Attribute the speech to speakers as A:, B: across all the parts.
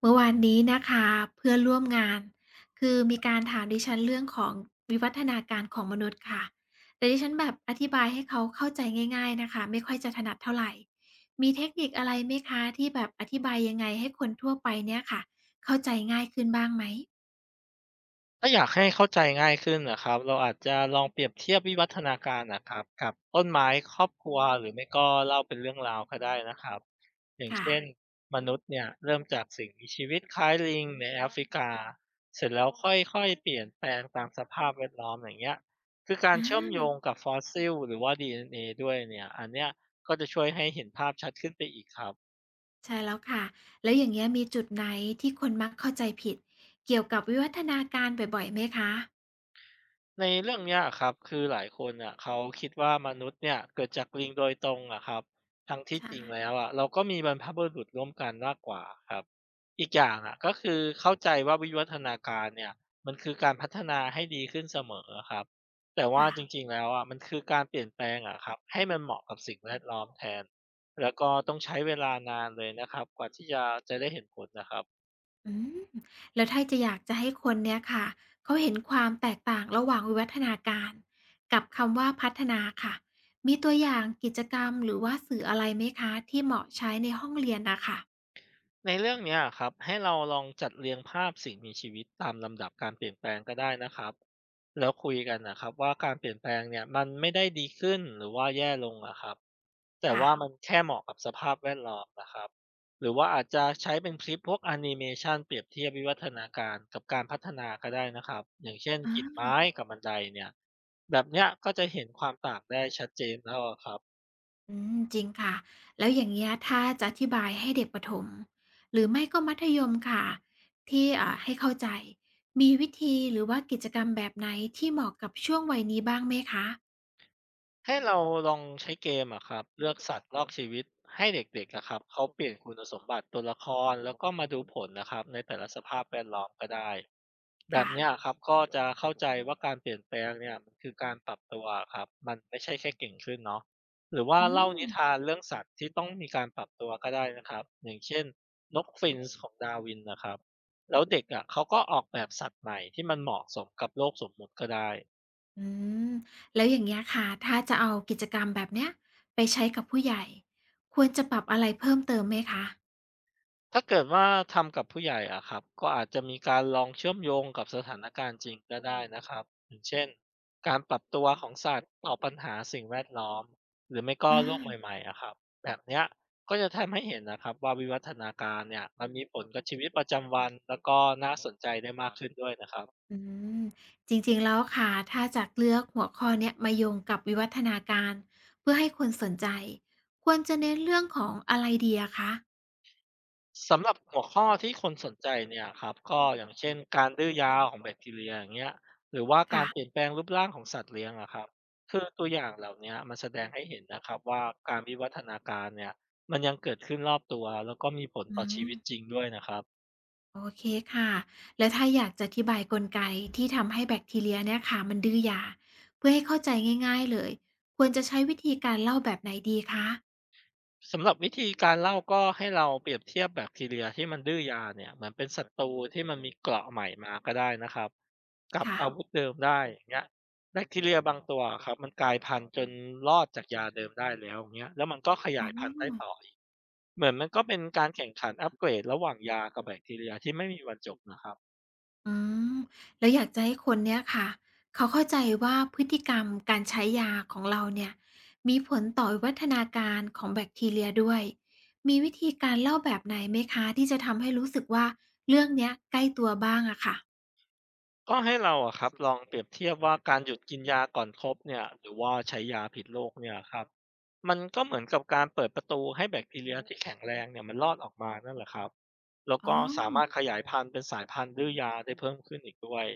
A: เมื่อวานนี้นะคะเพื่อนร่วมงานคือมีการถามดิฉันเรื่องของวิวัฒนาการของมนุษย์ค่ะแต่ดิฉันแบบอธิบายให้เขาเข้าใจง่ายๆนะคะไม่ค่อยจะถนัดเท่าไหร่มีเทคนิคอะไรไหมคะที่แบบอธิบายยังไงให้คนทั่วไปเนี่ยค่ะเข้าใจง่ายขึ้นบ้างไหม
B: ถ้าอยากให้เข้าใจง่ายขึ้นนะครับเราอาจจะลองเปรียบเทียบวิวัฒนาการนะครับกับต้นไม้ครอบครัวหรือไม่ก็เล่าเป็นเรื่องราวก็ได้นะครับอย่าง
A: ค่ะ
B: เช่นมนุษย์เนี่ยเริ่มจากสิ่งมีชีวิตคล้ายลิงในแอฟริกาเสร็จแล้วค่อยๆเปลี่ยนแปลงตามสภาพแวดล้อมอย่างเงี้ยคือการ
A: อ่
B: เชื่อมโย
A: า
B: งกับฟอสซิลหรือว่า DNA ด้วยเนี่ยอันเนี้ยก็จะช่วยให้เห็นภาพชัดขึ้นไปอีกครับ
A: ใช่แล้วค่ะแล้วอย่างเงี้ยมีจุดไหนที่คนมักเข้าใจผิดเกี่ยวกับวิวัฒนาการบ่อยๆไหมคะ
B: ในเรื่องเนี้ยครับคือหลายคนอ่ะเขาคิดว่ามนุษย์เนี่ยเกิดจากลิงโดยตรงอะครับทั้งที่
A: ใช่
B: จริงแล้วอะเราก็มีบรรพบุรุษร่วมกันมากกว่าครับอีกอย่างอะก็คือเข้าใจว่าวิวัฒนาการเนี่ยมันคือการพัฒนาให้ดีขึ้นเสมอครับแต่ว่า
A: ค่ะ
B: จริงๆแล้วอะมันคือการเปลี่ยนแปลงอะครับให้มันเหมาะกับสิ่งแวดล้อมแทนแล้วก็ต้องใช้เวลานานเลยนะครับกว่าที่จะได้เห็นผลนะครับ
A: อืมแล้วถ้าจะอยากจะให้คนเนี่ยค่ะเขาเห็นความแตกต่างระหว่างวิวัฒนาการกับคำว่าพัฒนาค่ะมีตัวอย่างกิจกรรมหรือว่าสื่ออะไรไหมคะที่เหมาะใช้ในห้องเรียนนะค่ะ
B: ในเรื่องเนี้ยครับให้เราลองจัดเรียงภาพสิ่งมีชีวิตตามลำดับการเปลี่ยนแปลงก็ได้นะครับแล้วคุยกันนะครับว่าการเปลี่ยนแปลงเนี่ยมันไม่ได้ดีขึ้นหรือว่าแย่ลงนะครับแต่
A: ค่ะ
B: ว่ามันแค่เหมาะกับสภาพแวดล้อมนะครับหรือว่าอาจจะใช้เป็นคลิปพวกแอนิเมชันเปรียบเทียบวิวัฒนาการกับการพัฒนาก็ได้นะครับอย่างเช่นกิ่ง
A: อา
B: ไม้กับบันไดเนี่ยแบบเนี้ยก็จะเห็นความต่างได้ชัดเจนแล้วอะครับ
A: อืมจริงค่ะแล้วอย่างเงี้ยถ้าจะอธิบายให้เด็กประถมหรือไม่ก็มัธยมค่ะที่ให้เข้าใจมีวิธีหรือว่ากิจกรรมแบบไหนที่เหมาะกับช่วงวัยนี้บ้างไหมคะ
B: ให้เราลองใช้เกมอะครับเลือกสัตว์ลอกชีวิตให้เด็กๆอะครับเขาเปลี่ยนคุณสมบัติตัวละครแล้วก็มาดูผลนะครับในแต่ละสภาพแวดล้อมก็ได้แบบ
A: ค่ะ
B: เนี้ยครับก็จะเข้าใจว่าการเปลี่ยนแปลงเนี่ยมันคือการปรับตัวครับมันไม่ใช่แค่เก่งขึ้นเนาะหรือว่า
A: อื
B: เล่า
A: ม
B: นิทานเรื่องสัตว์ที่ต้องมีการปรับตัวก็ได้นะครับอย่างเช่นนกฟินช์ของดาร์วินนะครับแล้วเด็กอะเขาก็ออกแบบสัตว์ใหม่ที่มันเหมาะสมกับโลกสมมุติก็ได้
A: อืมแล้วอย่างเงี้ยค่ะถ้าจะเอากิจกรรมแบบเนี้ยไปใช้กับผู้ใหญ่ควรจะปรับอะไรเพิ่มเติมไหมคะ
B: ถ้าเกิดว่าทำกับผู้ใหญ่อะครับก็อาจจะมีการลองเชื่อมโยงกับสถานการณ์จริงก็ได้นะครับอย่างเช่นการปรับตัวของสัตว์ต่อปัญหาสิ่งแวดล้อมหรือไม่ก็
A: อา
B: โลกใหม่ๆอะครับแบบเนี้ยก็จะทำให้เห็นนะครับว่าวิวัฒนาการเนี่ยมันมีผลกับชีวิตประจำวันแล้วก็น่าสนใจได้มากขึ้นด้วยนะครับ
A: อืมจริงๆแล้วค่ะถ้าจะเลือกหัวข้อเนี้ยมาโยงกับวิวัฒนาการเพื่อให้คนสนใจควรจะเน้นเรื่องของอะไรดีอะคะ
B: สำหรับหัวข้อที่คนสนใจเนี่ยครับก็อย่างเช่นการดื้อยาวของแบคทีเรียอย่างเงี้ยหรือว่ากา
A: ค่ะ
B: รเปลี่ยนแปลงรูปร่างของสัตว์เลี้ยงอะครับคือตัวอย่างเหล่าเนี้ยมันแสดงให้เห็นนะครับว่าการวิวัฒนาการเนี่ยมันยังเกิดขึ้นรอบตัวแล้วก็มีผล
A: อื
B: ต่อชีวิตจริ
A: ม
B: งด้วยนะครับ
A: โอเคค่ะแล้วถ้าอยากจะอธิบายกลไกที่ทำให้แบคทีเรียเนี่ยค่ะมันดื้อยาเพื่อให้เข้าใจง่ายๆเลยควรจะใช้วิธีการเล่าแบบไหนดีคะ
B: สำหรับวิธีการเล่าก็ให้เราเปรียบเทียบแบคทีเรียที่มันดื้อยาเนี่ยเหมือนเป็นศัตรูที่มันมีเกราะใหม่มาก็ได้นะครับ กับ
A: ค่ะ
B: อาวุธเดิมได้อย่างเงี้ยแบคทีเรียบางตัวอะครับมันกลายพันธุ์จนรอดจากยาเดิมได้แล้วอย่างเงี้ยแล้วมันก็ข
A: อ๋
B: ยายพันธุ์ได้
A: อ
B: ต่ออีกเหมือนมันก็เป็นการแข่งขันอัปเกรดระหว่างยากับแบคทีเรียที่ไม่มีวันจบนะครับ
A: อืมแล้วอยากจะให้คนเนี้ยค่ะ เขาเข้าใจว่าพฤติกรรมการใช้ยาของเราเนี่ยมีผลต่อวิวัฒนาการของแบคทีเรียด้วยมีวิธีการเล่าแบบไหนไหมคะที่จะทำให้รู้สึกว่าเรื่องเนี้ยใกล้ตัวบ้างอะค่ะ
B: ก็ให้เราอะครับลองเปรียบเทียบว่าการหยุดกินยาก่อนครบเนี่ยหรือว่าใช้ยาผิดโรคเนี่ยครับมันก็เหมือนกับการเปิดประตูให้แบคทีเรียที่แข็งแรงเนี่ยมันรอดออกมานั่นแหละครับแล้ว
A: อ๋อ
B: ก็สามารถขยายพันธุ์เป็นสายพันธุ์ดื้อยาได้เพิ่มขึ้นอีกด้วย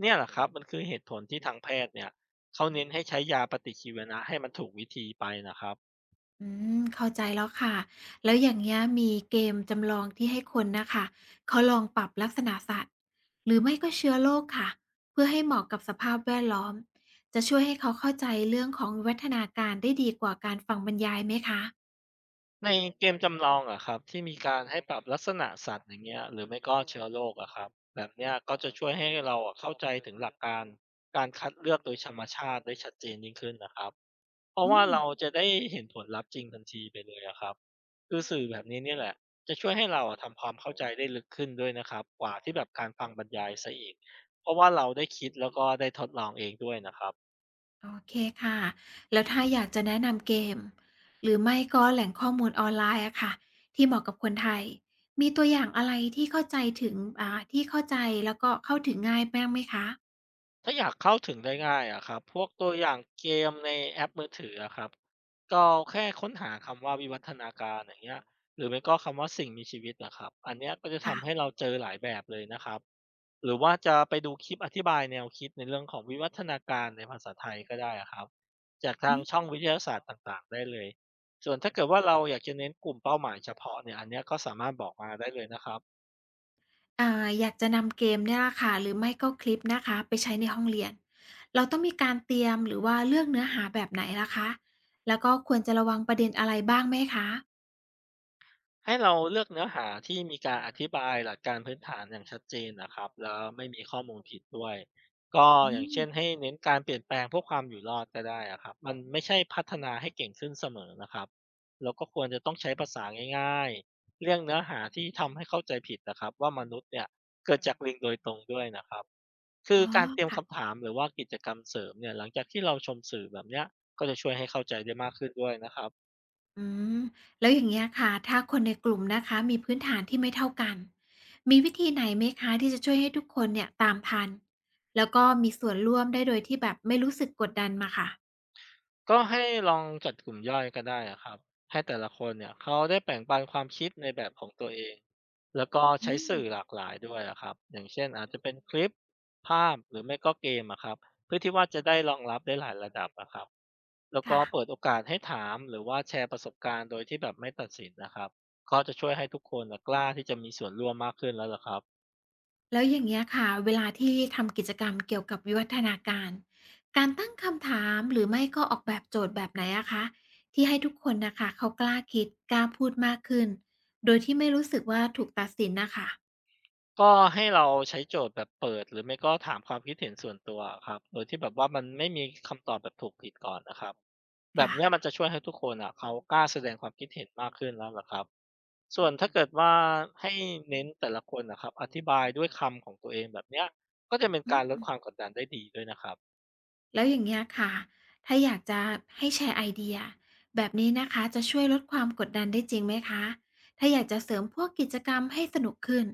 B: เนี่ยแหละครับมันคือเหตุผลที่ทางแพทย์เนี่ยเขาเน้นให้ใช้ยาปฏิชีวนะให้มันถูกวิธีไปนะครับ
A: อืมเข้าใจแล้วค่ะแล้วอย่างเงี้ยมีเกมจำลองที่ให้คนนะคะเขาลองปรับลักษณะสัตว์หรือไม่ก็เชื้อโรคค่ะเพื่อให้เหมาะกับสภาพแวดล้อมจะช่วยให้เขาเข้าใจเรื่องของวิวัฒนาการได้ดีกว่าการฟังบรรยายไหมคะ
B: ในเกมจำลองอะครับที่มีการให้ปรับลักษณะสัตว์อย่างเงี้ยหรือไม่ก็เชื้อโรคอะครับแบบเนี้ยก็จะช่วยให้เราอะเข้าใจถึงหลักการคัดเลือกโดยธรรมชาติได้ชัดเจนยิ่งขึ้นนะครับเพราะ
A: อื
B: ว่า
A: ม
B: เราจะได้เห็นผลลัพธ์จริงทันทีไปเลยอะครับคือสื่อแบบนี้เนี่ยแหละจะช่วยให้เราอะทำความเข้าใจได้ลึกขึ้นด้วยนะครับกว่าที่แบบการฟังบรรยายซะอีกเพราะว่าเราได้คิดแล้วก็ได้ทดลองเองด้วยนะครับ
A: โอเคค่ะแล้วถ้าอยากจะแนะนำเกมหรือไม่ก็แหล่งข้อมูลออนไลน์อะค่ะที่เหมาะกับคนไทยมีตัวอย่างอะไรที่เข้าใจถึงที่เข้าใจแล้วก็เข้าถึงง่ายบ้างไหมคะ
B: ถ้าอยากเข้าถึงได้ง่ายอะครับพวกตัวอย่างเกมในแอปมือถืออะครับก็แค่ค้นหาคำว่าวิวัฒนาการอย่างเงี้ยหรือไม่ก็คำว่าสิ่งมีชีวิตอะครับอันเนี้ยก็จะ
A: ค่ะ
B: ทำให้เราเจอหลายแบบเลยนะครับหรือว่าจะไปดูคลิปอธิบายแนวคิดในเรื่องของวิวัฒนาการในภาษาไทยก็ได้อะครับจากทา
A: อื
B: ง
A: ม
B: ช่องวิทยาศาสตร์ต่างๆได้เลยส่วนถ้าเกิดว่าเราอยากจะเน้นกลุ่มเป้าหมายเฉพาะเนี่ยอันเนี้ยก็สามารถบอกมาได้เลยนะครับ
A: อ่าอยากจะนำเกมเนี่ยล่ะค่ะหรือไม่ก็คลิปนะคะไปใช้ในห้องเรียนเราต้องมีการเตรียมหรือว่าเลือกเนื้อหาแบบไหนล่ะคะแล้วก็ควรจะระวังประเด็นอะไรบ้างไหมคะ
B: ให้เราเลือกเนื้อหาที่มีการอธิบายหลักการพื้นฐานอย่างชัดเจนนะครับแล้วไม่มีข้อมูลผิดด้วยก็
A: อื
B: อย่าง
A: ม
B: เช่นให้เน้นการเปลี่ยนแปลงเพื่อความอยู่รอดก็ได้อะครับมันไม่ใช่พัฒนาให้เก่งขึ้นเสมอนะครับแล้วก็ควรจะต้องใช้ภาษาง่ายๆเรื่องเนื้อหาที่ทำให้เข้าใจผิดนะครับว่ามนุษย์เนี่ยเกิดจากลิงโดยตรงด้วยนะครับคื
A: อ๋
B: อ
A: อ
B: การเตรียม
A: ค่ะ
B: คำถามหรือว่ากิจกรรมเสริมเนี่ยหลังจากที่เราชมสื่อแบบเนี้ยก็จะช่วยให้เข้าใจได้มากขึ้นด้วยนะครับ
A: อืมแล้วอย่างเงี้ยค่ะถ้าคนในกลุ่มนะคะมีพื้นฐานที่ไม่เท่ากันมีวิธีไหนไหมคะที่จะช่วยให้ทุกคนเนี่ยตามทันแล้วก็มีส่วนร่วมได้โดยที่แบบไม่รู้สึกกดดันมาค่ะ
B: ก็ให้ลองจัดกลุ่มย่อยก็ได้อะครับให้แต่ละคนเนี่ยเขาได้แบ่งปันความคิดในแบบของตัวเองแล้วก็
A: อื
B: ใช้
A: ม
B: สื่อหลากหลายด้วยอะครับอย่างเช่นอาจจะเป็นคลิปภาพหรือไม่ก็เกมอะครับเพื่อที่ว่าจะได้รองรับได้หลายระดับอะครับแล้วก็
A: ค่ะ
B: เปิดโอกาสให้ถามหรือว่าแชร์ประสบการณ์โดยที่แบบไม่ตัดสินนะครับก็จะช่วยให้ทุกคนน่ะกล้าที่จะมีส่วนร่วมมากขึ้นแล้วล่ะครับ
A: แล้วอย่างเงี้ยค่ะเวลาที่ทำกิจกรรมเกี่ยวกับวิวัฒนาการการตั้งคำถามหรือไม่ก็ออกแบบโจทย์แบบไหนอะคะที่ให้ทุกคนนะคะเขากล้าคิดกล้าพูดมากขึ้นโดยที่ไม่รู้สึกว่าถูกตัดสินนะคะ
B: ก็ให้เราใช้โจทย์แบบเปิดหรือไม่ก็ถามความคิดเห็นส่วนตัวอะครับโดยที่แบบว่ามันไม่มีคำตอบแบบถูกผิดก่อนนะครับแบบ
A: ค่ะ
B: เนี้ยมันจะช่วยให้ทุกคนอ่ะเขากล้าแสดงความคิดเห็นมากขึ้นแล้วล่ะครับส่วนถ้าเกิดว่าให้เน้นแต่ละคนนะครับอธิบายด้วยคำของตัวเองแบบเนี้ยก็จะเป็นการลดความกดดันได้ดีด้วยนะครับ
A: แล้วอย่างเงี้ยค่ะถ้าอยากจะให้แชร์ไอเดียแบบนี้นะคะ จะช่วยลดความกดดันได้จริงไหมคะ ถ้าอยากจะเสริมพวกกิจกรรมให้สนุกขึ้น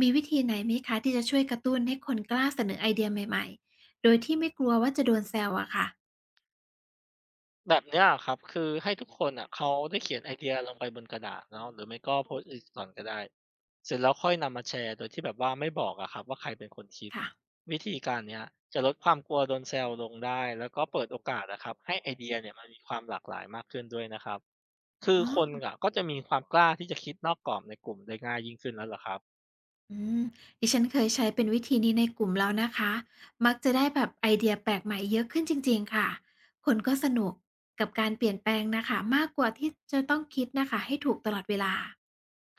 A: มีวิธีไหนไหมคะที่จะช่วยกระตุ้นให้คนกล้าเสนอไอเดียใหม่ๆโดยที่ไม่กลัวว่าจะโดนแซวอะค่ะ
B: แบบเนี้ยะครับ คือให้ทุกคนอ่ะเขาได้เขียนไอเดียลงไปบนกระดาษเนาะหรือไม่ก็โพสต์ t ิ t ก่อนก็ได้เสร็จแล้วค่อยนำมาแชร์โดยที่แบบว่าไม่บอกอะครับว่าใครเป็นคนคิด
A: ค่ะ
B: วิธีการเนี้ยจะลดความกลัวโดนแซวลงได้แล้วก็เปิดโอกาสนะครับให้ไอเดียเนี่ยมันมีความหลากหลายมากขึ้นด้วยนะครับ
A: อ๋
B: คือคน
A: อ
B: อะก็จะมีความกล้าที่จะคิดนอกกรอบในกลุ่มได้ง่ายยิ่งขึ้นแล้วเหรอครับ
A: อืมดิฉันเคยใช้เป็นวิธีนี้ในกลุ่มแล้วนะคะมักจะได้แบบไอเดียแปลกใหม่เยอะขึ้นจริงๆค่ะคนก็สนุกกับการเปลี่ยนแปลงน่ะค่ะมากกว่าที่จะต้องคิดน่ะค่ะให้ถูกตลอดเวลา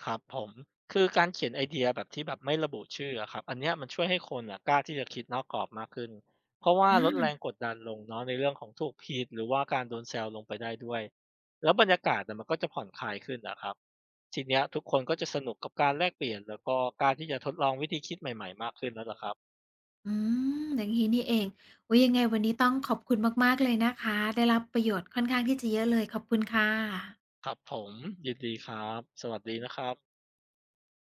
B: ครับผมคือการเขียนไอเดียแบบที่แบบไม่ระบุชื่ออะครับอันเนี้ยมันช่วยให้คนอะกล้าที่จะคิดนอกกรอบมากขึ้นเพราะว่าลดแร
A: อา
B: งกดดันลงเนาะในเรื่องของถูกผิดหรือว่าการโดนแซวลงไปได้ด้วยแล้วบรรยากาศอะมันก็จะผ่อนคลายขึ้นนะครับทีเนี้ยทุกคนก็จะสนุกกับการแลกเปลี่ยนแล้วก็กล้ารที่จะทดลองวิธีคิดใหม่ๆมากขึ้นแล้วล่ะครับ
A: อืมอย่างนี้นี่เองโอิยยังไงวันนี้ต้องขอบคุณมากๆเลยนะคะ ได้รับประโยชน์ค่อนข้างที่จะเยอะเลยขอบคุณค่ะ
B: ครับผมยินดีครับสวัสดีนะครับ